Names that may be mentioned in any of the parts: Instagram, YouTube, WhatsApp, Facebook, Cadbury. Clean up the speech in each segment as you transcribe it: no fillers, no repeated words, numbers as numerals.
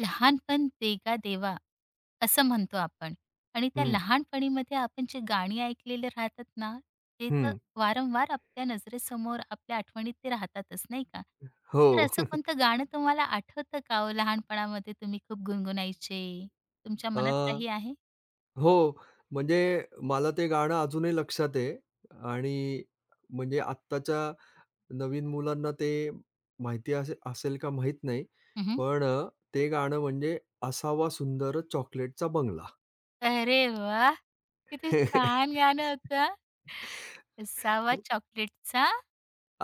लहानपण देगा देवा असं म्हणतो आपण आणि त्या हं, लहानपणीमध्ये आपण जे गाणी ऐकलेले राहतात ना, ते तर हं. वारंवार आपल्या नजरेसमोर, आपल्या आठवणीत ते राहतातच, नाही का? तर हो. असं कोणतं गाणं तुम्हाला आठवतं का हो लहानपणामध्ये तुम्ही खूप गुणगुणायचे? तुमच्या मनात अ, काही आहे? हो. म्हणजे मला ते गाणं अजूनही लक्षात आहे आणि म्हणजे आत्ताच्या नवीन मुलांना ते माहिती असे असेल का माहीत नाही. हं, पण ते गाणं म्हणजे असावा सुंदर चॉकलेटचा बंगला. अरे वाह! किती छान गाणं होतं. "असावा चॉकलेटचा"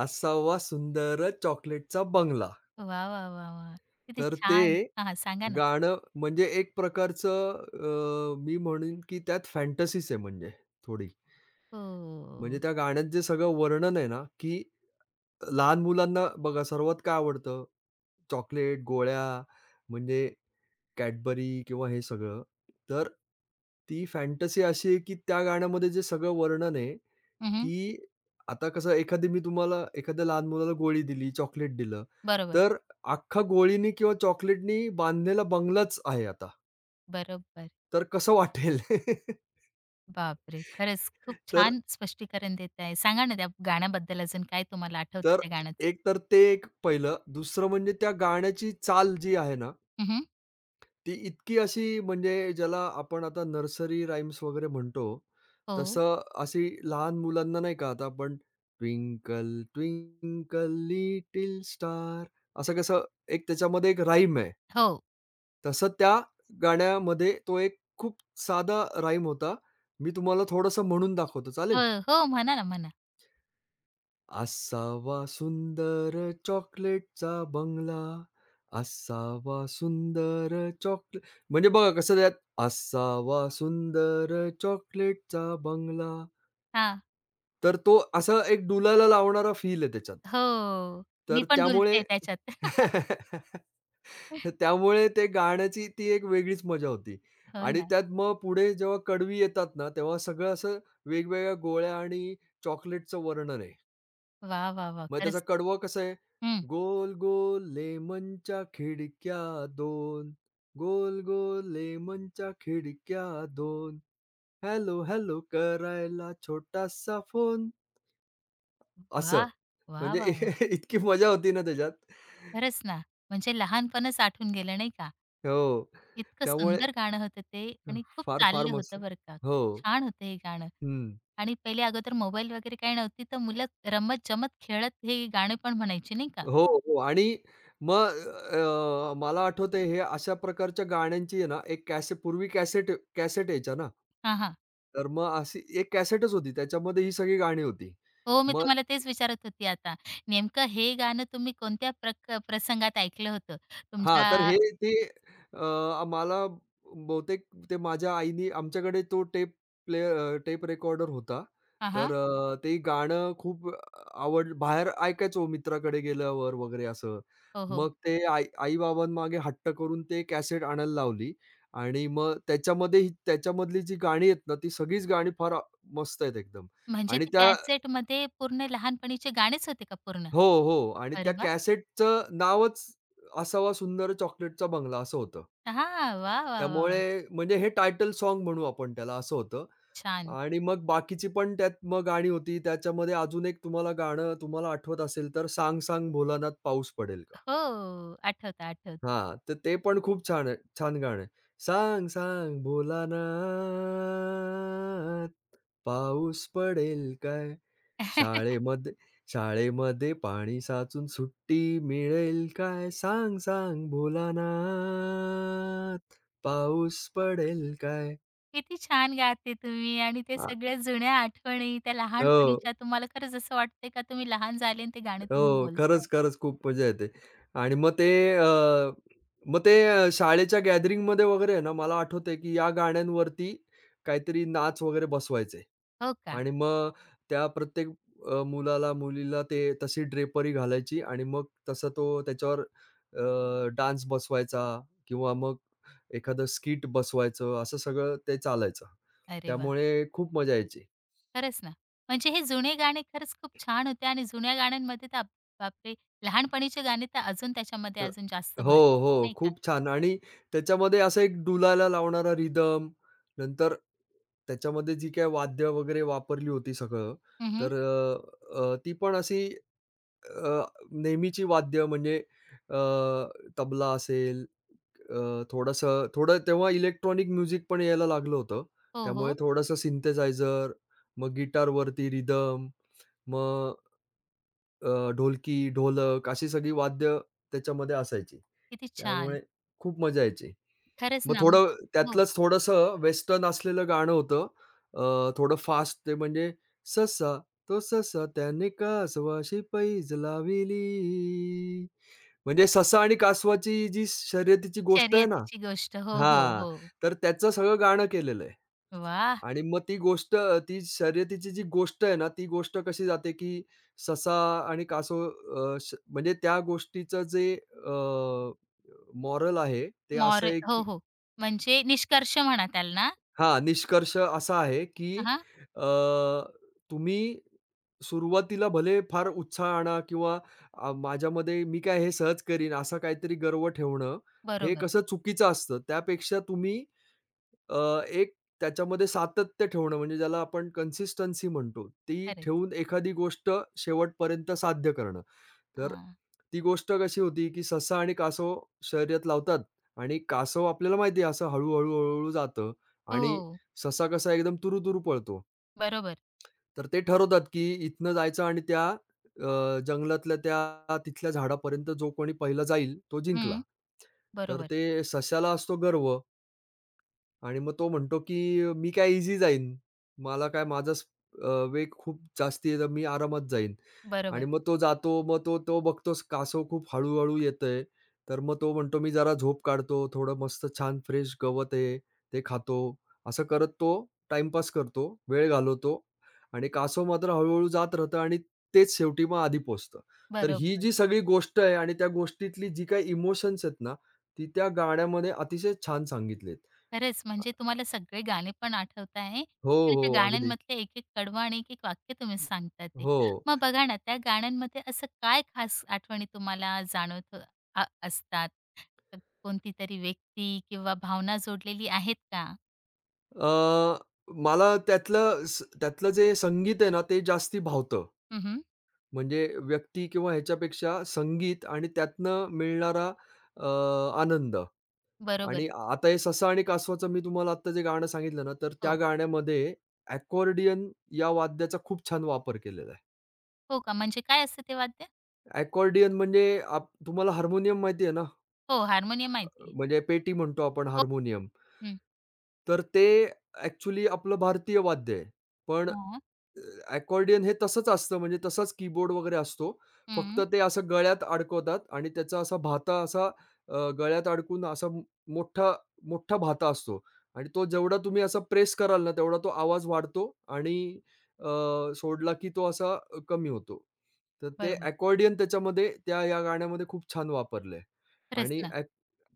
असावा सुंदर चॉकलेटचा बंगला. वाह, वाह, वाह, वाह! किती तर ते छान. हां, हां. सांगा ना. गाणं म्हणजे एक प्रकारचं, मी म्हणेन की त्यात फॅन्टसीच आहे म्हणजे थोडी. म्हणजे हो. त्या गाण्यात जे सगळं वर्णन आहे ना, की लहान मुलांना बघा सर्वात काय आवडतं? चॉकलेट, गोळ्या, म्हणजे Cadbury किंवा हे सगळं. तर ती फॅन्टसी अशी आहे, की त्या गाण्यामध्ये जे सगळं वर्णन आहे, की आता कसं एखादी मी तुम्हाला एखाद्या लहान मुलाला गोळी दिली, चॉकलेट दिलं, बरोबर, तर अख्खा गोळीनी किंवा चॉकलेटनी बांधलेला बंगलाच आहे आता. बरोबर. तर कसं वाटेल? बापरे! खरंच खूप तर छान स्पष्टीकरण देत आहे. सांगा ना त्या गाण्याबद्दल अजून काय तुम्हाला आठवतं तर त्या गाण्याचं? एक तर ते एक पहिलं. दुसरं म्हणजे त्या गाण्याची चाल जी आहे ना, हं, हं. ती इतकी अशी म्हणजे ज्याला आपण आता नर्सरी राईम्स वगैरे म्हणतो, हो. तसं अशी लहान मुलांना नाही का आता आपण ट्विंकल ट्विंकल लिटिल स्टार असं कसं एक त्याच्यामध्ये एक राईम आहे. हो. तसं त्या गाण्यामध्ये तो एक खूप साधा राईम होता. मी तुम्हाला थोडंसं म्हणून दाखवतो, हो, चालेल? हो. म्हणा ना, म्हणा. असावा सुंदर चॉकलेटचा बंगला, असावा सुंदर चॉकले म्हणजे बघा कसं त्यात असावा सुंदर चॉकलेटचा बंगला, हां. तर तो असा एक डुलायला लावणारा फील आहे त्याच्यात. हो. मी तर पण त्यामुळे डुलते त्याच्यात. तर त्यामुळे ते गाण्याची ती एक वेगळीच मजा होती. हो आणि ना. त्यात मग पुढे जेव्हा कडवी येतात ना, तेव्हा सगळं असं वेगवेगळ्या गोळ्या आणि चॉकलेटचं वर्णन आहे. वा, वा, वा, मग त्याचा खरंच. कडवं कसं आहे, हं. "गोल गोल लेमनच्या खिडक्या 2, गोल गोल लेमनच्या खिडक्या 2, हॅलो हॅलो करायला छोटासा फोन." वा, असं. वा, म्हणजे वा, वा… इतकी मजा होती ना त्याच्यात. खरंच ना. म्हणजे लहानपणच आठवून गेलं नाही का? हो. इतकं त्यामुळे सुंदर गाणं होतं ते आणि खूप फार, फार चाललं मस्त. होतं बरं का. हो. छान होतं हे गाणं हं. आणि पहिले अगोदर मोबाईल वगैरे काही नव्हती, तर मुलं रमत-जमत खेळत हे गाणे पण म्हणायची नाही का? हो, हो. आणि मग मला आठवतंय हे अशा प्रकारच्या गाण्यांची आहे ना, एक पूर्वी कॅसेट कॅसेट यायच्या ना. हां, हां. तर मग अशी एक कॅसेटच होती. त्याच्यामध्ये ही सगळी गाणी होती. हो, मी मग तुम्हाला तेच विचारत होती आता. नेमकं हे गाणं तुम्ही कोणत्या प्रसंगात ऐकलं होतं? हां, तुमच्या तर हे ते, मला बहुतेक ते माझ्या आईनी आमच्याकडे तो प्ले टेप रेकॉर्डर होता. हां, हां. तर ते गाणं खूप बाहेर ऐकायचो मित्राकडे गेल्यावर वगैरे असं. हो, हो. मग ते आई-बाबांमागे हट्ट करून ते कॅसेट आणायला लावली आणि मग त्याच्यामध्ये ही त्याच्यामधली जी गाणी आहेत ना, ती सगळीच गाणी फार, मस्त आहेत एकदम. म्हणजे आणि ते त्या कॅसेटमध्ये पूर्ण लहानपणीचे गाणेच होते का पूर्ण? हो, हो. आणि अरे त्या वाह! कॅसेटचं नावच असावा सुंदर चॉकलेटचा बंगला असं होतं. हां, वाह, वाह, वाह! त्यामुळे म्हणजे हे टायटल साँग म्हणू आपण त्याला, असं होतं. छान. आणि मग बाकीची पण त्यात मग गाणी होती. त्याच्यामध्ये अजून एक तुम्हाला आठवत असेल तर "सांग सांग भोलानाथ पाऊस पडेल का?" हो, आठवतं, आठवतं. हां, तर ते पण खूप छान आहे. छान गाणं आहे. "सांग सांग भोलानाथ पाऊस पडेल काय? शाळेमध्ये शाळेमध्ये पाणी साचून सुट्टी मिळेल काय? सांग सांग भोलानाथ पाऊस पडेल काय?" किती छान गाते तुम्ही आणि ते हां. सगळ्या जुन्या आठवणी, त्या हो, लहानपणीच्या तुम्हाला खरंच असं वाटतंय का तुम्ही लहान झाले आणि ते गाणं तुम्ही हो. बोलताय. खरंच, खरंच खूप मजा येते. आणि मग ते, अ, मग ते, शाळेच्या गॅदरिंगमध्ये वगैरे आहे ना, मला आठवतंय, की या गाण्यांवरती काहीतरी नाच वगैरे बसवायचे. हो का? आणि मग त्या प्रत्येक, मुलाला, मुलीला ते तशी ड्रेपरी घालायची आणि मग तसा तो त्याच्यावर, डान्स बसवायचा किंवा मग एखादं स्किट बसवायचं, असं सगळं ते चालायचं. अरे वाह! त्यामुळे खूप मजा यायची. खरंच ना. म्हणजे हे जुने गाणे खरंच खूप छान होते आणि जुन्या गाण्यांमध्ये तर आप- बापरे! लहानपणीचे गाणे तर अजून त्याच्यामध्ये अ, अजून जास्त हो, भर, हो. नाही का? खूप छान. आणि त्याच्यामध्ये असा एक डुलाला लावणारा रिदम, नंतर त्याच्यामध्ये जी काही वाद्य वगैरे वापरली होती सगळं, हं, तर अ, अ, ती पण अशी, अ, नेहमीची वाद्य म्हणजे, अ, तबला असेल, थोडं तेव्हा इलेक्ट्रॉनिक म्युझिक पण यायला लागलं होतं. हो, त्यामुळे हो. थोडंसं सिंथेसायझर, मग गिटारवरती रिदम, मग ढोलकी, ढोलक अशी सगळी वाद्य त्याच्यामध्ये असायची. किती छान. त्यामुळे खूप मजा यायची. खरंच मग ना. मग थोडं हो, त्यातलंच थोडंसं वेस्टर्न असलेलं गाणं होतं. थोडं फास्ट ते म्हणजे ससा तो ससा त्याने कासवाशी पैज लाविली. म्हणजे ससा आणि कासवाची जी शर्यतीची गोष्ट आहे ना, शर्यतीची गोष्ट. हो, हो, हां, हो. तर त्याचं सगळं गाणं केलेलं आहे. वाह! आणि मग ती गोष्ट, ती शर्यतीची जी गोष्ट आहे ना, ती गोष्ट कशी जाते, की ससा आणि कासव, अ, श म्हणजे त्या गोष्टीचं जे, अ, मॉरल आहे, ते असं मॉरल आहे, हो, की हो. म्हणजे निष्कर्ष म्हणा त्याला ना? हां, निष्कर्ष असा आहे, की, हां, अ, तुम्ही सुरुवातीला भले फार उत्साह आणा किंवा, माझ्यामध्ये मी काय हे सहज करीन, असं काहीतरी गर्व ठेवणं, हे बरोबर. कसं चुकीचं असतं. त्यापेक्षा तुम्ही, एक त्याच्यामध्ये सातत्य ठेवणं म्हणजे ज्याला आपण कन्सिस्टन्सी म्हणतो, ती खरंच. ठेवून एखादी गोष्ट शेवटपर्यंत साध्य करणं. तर हां. ती गोष्ट कशी होती, की ससा आणि कासव शर्यत लावतात आणि कासव आपल्याला माहिती आहे असं हळू-हळू, हळूहळू जातं आणि हो, ससा कसा एकदम तुरू-तुरू पळतो. बरोबर. तर ते ठरवतात, की इथनं जायचं आणि जंगलातल्या त्या तिथल्या झाडापर्यंत जो कोणी पहिला जाईल तो जिंकला. हं. तर बरोबर, ते सश्याला असतो गर्व आणि मग तो म्हणतो, की "मी काय ईझी जाईन. मला काय माझा स अ, वेग खूप जास्ती आहे तर मी आरामात जाईन." बरोबर, आणि मग तो जातो. मग तो तो बघतोच कासव खूप हळू-हळू येतंय. तर मग तो म्हणतो, "मी जरा झोप काढतो. थोडं मस्त छान फ्रेश गवत आहे, ते खातो." असं करत तो टाईमपास करतो, वेळ घालवतो आणि कासव मात्र हळू जात राहतं आणि तेच शेवटी मग आधी पोहोचतं. तर ही बरोबर. जी सगळी गोष्ट आहे आणि त्या गोष्टीतली जी काही इमोशन्स आहेत ना, ती त्या गाण्यामध्ये अतिशय छान सांगितली. खरंच म्हणजे तुम्हाला सगळे गाणे पण आठवत आहे हो, आणि त्या हो. अगदी. गाण्यांमधले एक-एक कडवं आणि एक-एक वाक्य तुम्ही सांगता ते. हो. मग बघा ना, त्या गाण्यांमध्ये असं काय खास आठवणी तुम्हाला जाणवत असतात? कोणती तरी व्यक्ती किंवा भावना जोडलेली आहेत का? अ, मला त्यातलं स त्यातलं जे संगीत आहे ना, ते जास्ती भावतं. हं, म्हणजे व्यक्ती किंवा ह्याच्यापेक्षा संगीत आणि त्यातनं मिळणारा, अ, आनंद. बरोबर. आणि आता हे ससा आणि कासवाचं मी तुम्हाला आत्ता जे गाणं सांगितलं ना, तर त्या हो. गाण्यामध्ये अकॉर्डियन या वाद्याचा खूप छान वापर केलेला आहे. हो का? म्हणजे काय असतं ते वाद्य? अकॉर्डियन म्हणजे तुम्हाला हार्मोनियम माहिती आहे ना? हो, हार्मोनियम माहिती म्हणजे पेटी म्हणतो आपण हो. हार्मोनियम. हं. तर ते ॲक्चुअली आपलं भारतीय वाद्य आहे. पण हां. अकॉर्डियन हे तसंच असतं म्हणजे तसाच कीबोर्ड वगैरे असतो. फक्त हं. ते असं गळ्यात अडकवतात आणि त्याचा असा भाता असा, गळ्यात अडकून असा मो- मोठा, मोठा भाता असतो आणि तो जेवढा तुम्ही असा प्रेस कराल ना, तेवढा तो आवाज वाढतो आणि, अ, सोडला की तो असा कमी होतो. तर ते बरोबर. अकॉर्डियन त्याच्यामध्ये त्या या गाण्यामध्ये खूप छान वापरलंय. खरंच आणि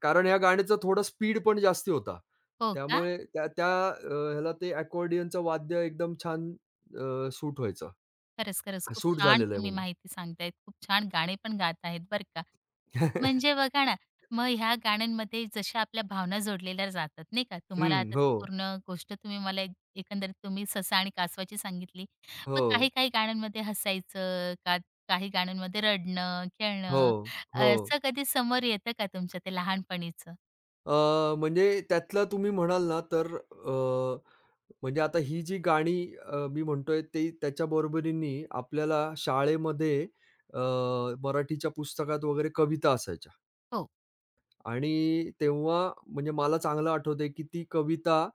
कारण या गाण्याचा थोडा स्पीड पण जास्ती होता. हो का? त्यामुळे त्या त्या अ, ह्याला ते अकॉर्डियनचं वाद्य एकदम छान, सूट व्हायचा. खरंच, खरंच. खूप सूट छान झालेला आहे तुम्ही म्हणजे. माहिती सांगतायत. खूप छान गाणे पण गात आहेत बरं का. म्हणजे बघा ना, मग ह्या गाण्यांमध्ये जशा आपल्या भावना जोडलेल्या जातात नाही का. हं. तुम्हाला आता ती पूर्ण गोष्ट तुम्ही मला एक एकंदरीत तुम्ही ससा आणि कासवाची सांगितली. मग हो, काही-काही गाण्यांमध्ये हसायचं, का काही गाण्यांमध्ये रडणं, खेळणं हो, हो. असं कधी समोर येतं का तुमच्या ते लहानपणीचं? अ, म्हणजे त्यातलं तुम्ही म्हणाल ना, तर, म्हणजे आता ही जी गाणी, मी म्हणतोय ती त्याच्या बरोबरीने आपल्याला शाळेमध्ये, अ, मराठीच्या पुस्तकात वगैरे कविता असायच्या. हो. आणि तेव्हा म्हणजे मला चांगलं आठवतंय, की ती कविता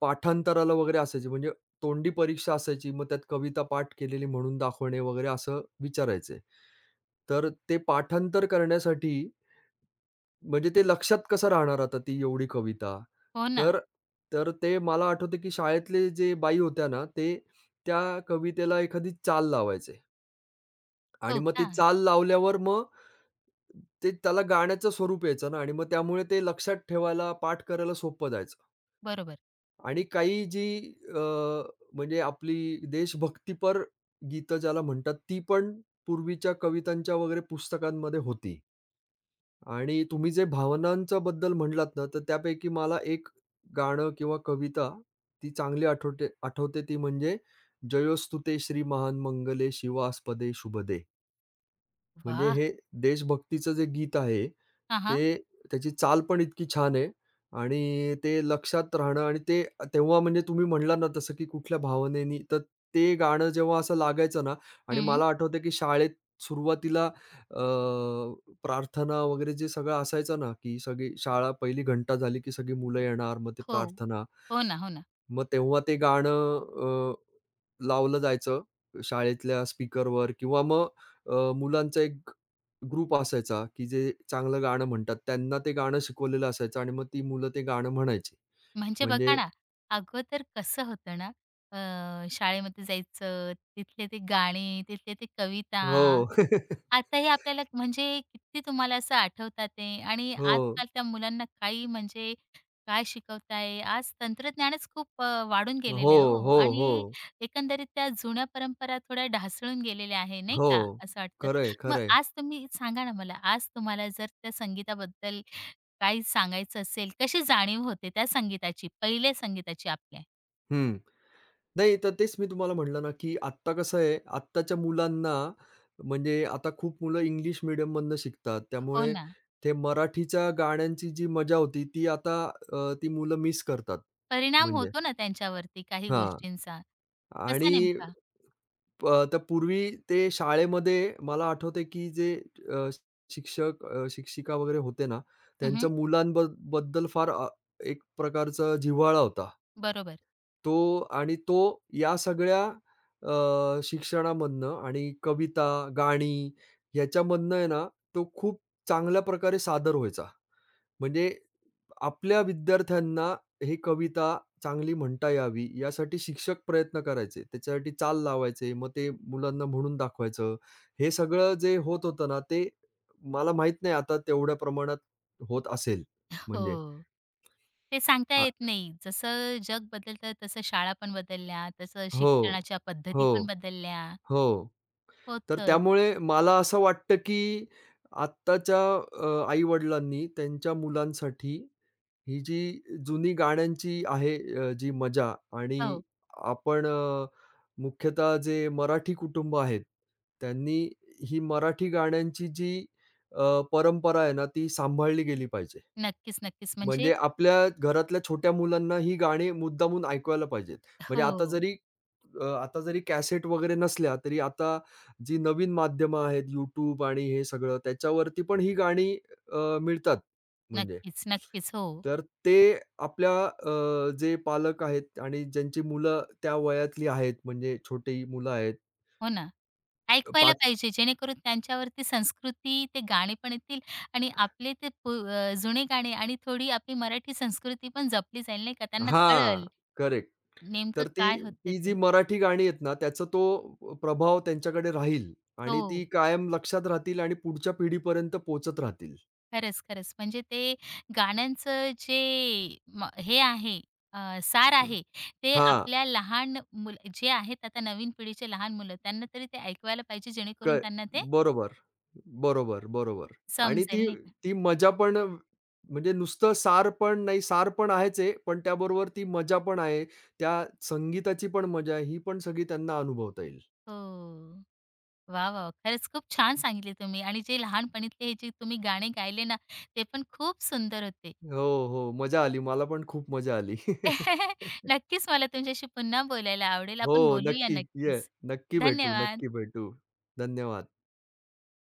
पाठांतराला वगैरे असायची. म्हणजे तोंडी परीक्षा असायची. मग त्यात कविता पाठ केलेली म्हणून दाखवणे वगैरे असं विचारायचे. तर ते पाठांतर करण्यासाठी म्हणजे ते लक्षात कसं राहणार आता ती एवढी कविता. हो ना. तर तर ते मला आठवतं, की शाळेतले जे बाई होत्या ना, त्या कवितेला एखादी चाल लावायचे. आणि हो मग ती का? चाल लावल्यावर मग ते त्याला गाण्याचं स्वरूप यायचं ना आणि मग त्यामुळे ते लक्षात ठेवायला, पाठ करायला सोपं जायचं. बरोबर. आणि काही जी, अ, म्हणजे आपली देशभक्तीपर गीतं ज्याला म्हणतात, ती पण पूर्वीच्या कवितांच्या वगैरे पुस्तकांमध्ये होती. आणि तुम्ही जे भावनांच्या बद्दल म्हणलात ना, तर त्यापैकी मला एक गाणं किंवा कविता ती चांगली आठवते आठवते ती म्हणजे जयोस्तुते श्री महान मंगले शिवास्पदे शुभदे. म्हणजे वाह! हे देशभक्तीचं जे गीत आहे, हां, हां. ते त्याची चाल पण इतकी छान आहे आणि ते लक्षात राहणं आणि ते तेव्हा म्हणजे तुम्ही म्हणालात ना तसं की कुठल्या भावनेनी, तर ते गाणं जेव्हा असं लागायचं ना आणि हं. मला आठवतं की शाळेत सुरुवातीला, प्रार्थना वगैरे जे सगळं असायचं ना, की सगळी शाळा पहिली घंटा झाली की सगळी मुलं येणार, मग ते हो. प्रार्थना. हो ना, हो ना. मग तेव्हा ते गाणं, लावलं जायचं शाळेतल्या स्पीकरवर किंवा मग, मुलांचा एक ग्रुप असायचा, की जे चांगलं गाणं म्हणतात, त्यांना ते गाणं शिकवलेलं असायचं आणि मग ती मुलं ते गाणं म्हणायची. म्हणजे बघा म्हणजे ना, अगोदर कसं होतं ना, शाळेमध्ये जायचं, तिथले ते गाणे, तिथले ते कविता, हो. आताही आपल्याला म्हणजे किती तुम्हाला असं आठवतात ते आणि हो. आजकाल त्या मुलांना काही म्हणजे काय शिकवताय. आज तंत्रज्ञानच खूप वाढून गेलेलं हो, आहे हो हो, हो. आणि एकंदरीत त्या जुन्या परंपरा थोड्या ढासळून गेलेल्या आहे नाही का, हो. असं वाटतं. खरं मग आहे, आज तुम्ही सांगा ना मला, आज तुम्हाला जर त्या संगीताबद्दल काही सांगायचं असेल, कशी जाणीव होते त्या संगीताची, पहिले संगीताची आपल्या? हं. नाही, तर तेच मी तुम्हाला म्हटलं ना, की आत्ता कसं आहे, आत्ताच्या मुलांना म्हणजे आता खूप मुलं इंग्लिश मीडियममधनं शिकतात. हो त्यामुळे ना. ते मराठीच्या गाण्यांची जी मजा होती, ती आता, ती मुलं मिस करतात. परिणाम म्हणजे होतो ना त्यांच्यावरती काही हां. गोष्टींचा. आणि कसा नेमका? प तर पूर्वी ते शाळेमध्ये मला आठवतंय, की जे, अ, शिक्षक, शिक्षिका वगैरे होते ना, हं, त्यांचा मुलांबद फार, एक प्रकारचा जिव्हाळा होता. बरोबर. तो या सगळ्या, शिक्षणामधनं आणि कविता, गाणी ह्याच्यामधनं आहे ना, तो खूप चांगल्या प्रकारे सादर व्हायचा. म्हणजे आपल्या विद्यार्थ्यांना हे कविता चांगली म्हणता यावी, यासाठी शिक्षक प्रयत्न करायचे. त्याच्यासाठी चाल लावायचे. मग ते मुलांना म्हणून दाखवायचं. हे सगळं जे होत होतं ना, ते मला माहीत नाही आता तेवढ्या प्रमाणात होत असेल म्हणजे. हो. ते सांगता आ येत नाही. जसं जग बदलतं तसं शाळा पण बदलल्या, तसं हो. शिक्षणाच्या पद्धती हो. पण बदलल्या. हो. तर होतंच. त्यामुळे मला असं वाटतं, की आत्ताच्या, आई-वडिलांनी त्यांच्या मुलांसाठी ही जी जुनी गाण्यांची आहे, जी मजा आणि हो. आपण, मुख्यतः जे मराठी कुटुंब आहेत, त्यांनी ही मराठी गाण्यांची जी, परंपरा आहे ना, ती सांभाळली गेली पाहिजे. नक्कीच, नक्कीच. म्हणजे म्हणजे आपल्या घरातल्या छोट्या मुलांना ही गाणी मुद्दामून ऐकवायला पाहिजेत. म्हणजे हो. आता जरी कॅसेट वगैरे नसल्या, तरी आता जी नवीन माध्यमं आहेत YouTube आणि हे सगळं त्याच्यावरती पण ही गाणी, मिळतात म्हणजे. नक्कीच, नक्कीच. हो. तर ते आपल्या, जे पालक आहेत आणि ज्यांची मुलं त्या वयातली आहेत म्हणजे छोटी मुलं आहेत हो ना. ऐकवायला 5 पाहिजे जेणेकरून त्यांच्यावरती संस्कृती, ते गाणे पण येतील आणि आपले ते जुने गाणे आणि थोडी आपली मराठी संस्कृती पण जपली जाईल नाही का. त्यांना हां, कळेल करेक्ट. नेमकं तर ती काय होतं ती जी ते. मराठी गाणी आहेत ना, त्याचा तो प्रभाव त्यांच्याकडे राहील आणि ती हो. कायम लक्षात राहतील आणि पुढच्या पिढीपर्यंत पोहचत राहतील. खरंच, खरंच. म्हणजे ते गाण्यांचं जे म हे आहे सार आहे, ते हां, आपल्या लहान मुलं जे आहेत आता नवीन पिढीचे लहान मुलं, त्यांना तरी ते ऐकवायला पाहिजे क जेणेकरून त्यांना ते बरोबर, बरोबर. आणि समजेल, ती नाही का? ती मजा पण म्हणजे नुसतं सार पण नाही, सार पण आहेच आहे, पण त्याबरोबर ती मजा पण आहे. त्या संगीताची पण मजा आहे, ही पण सगळी त्यांना अनुभवता येईल. हो. वाह, वाह! खरंच खूप छान सांगितले तुम्ही आणि जे लहानपणीतले हे जे तुम्ही गाणे गायले ना, ते पण खूप सुंदर होते. हो, हो. मजा आली. मला पण खूप मजा आली. नक्कीच मला तुमच्याशी पुन्हा बोलायला आवडेल. हो, आपण बोलूया नक्की. ये. नक्कीच. नक्की भेटू, धन्यवाद. नक्की भेटू. धन्यवाद.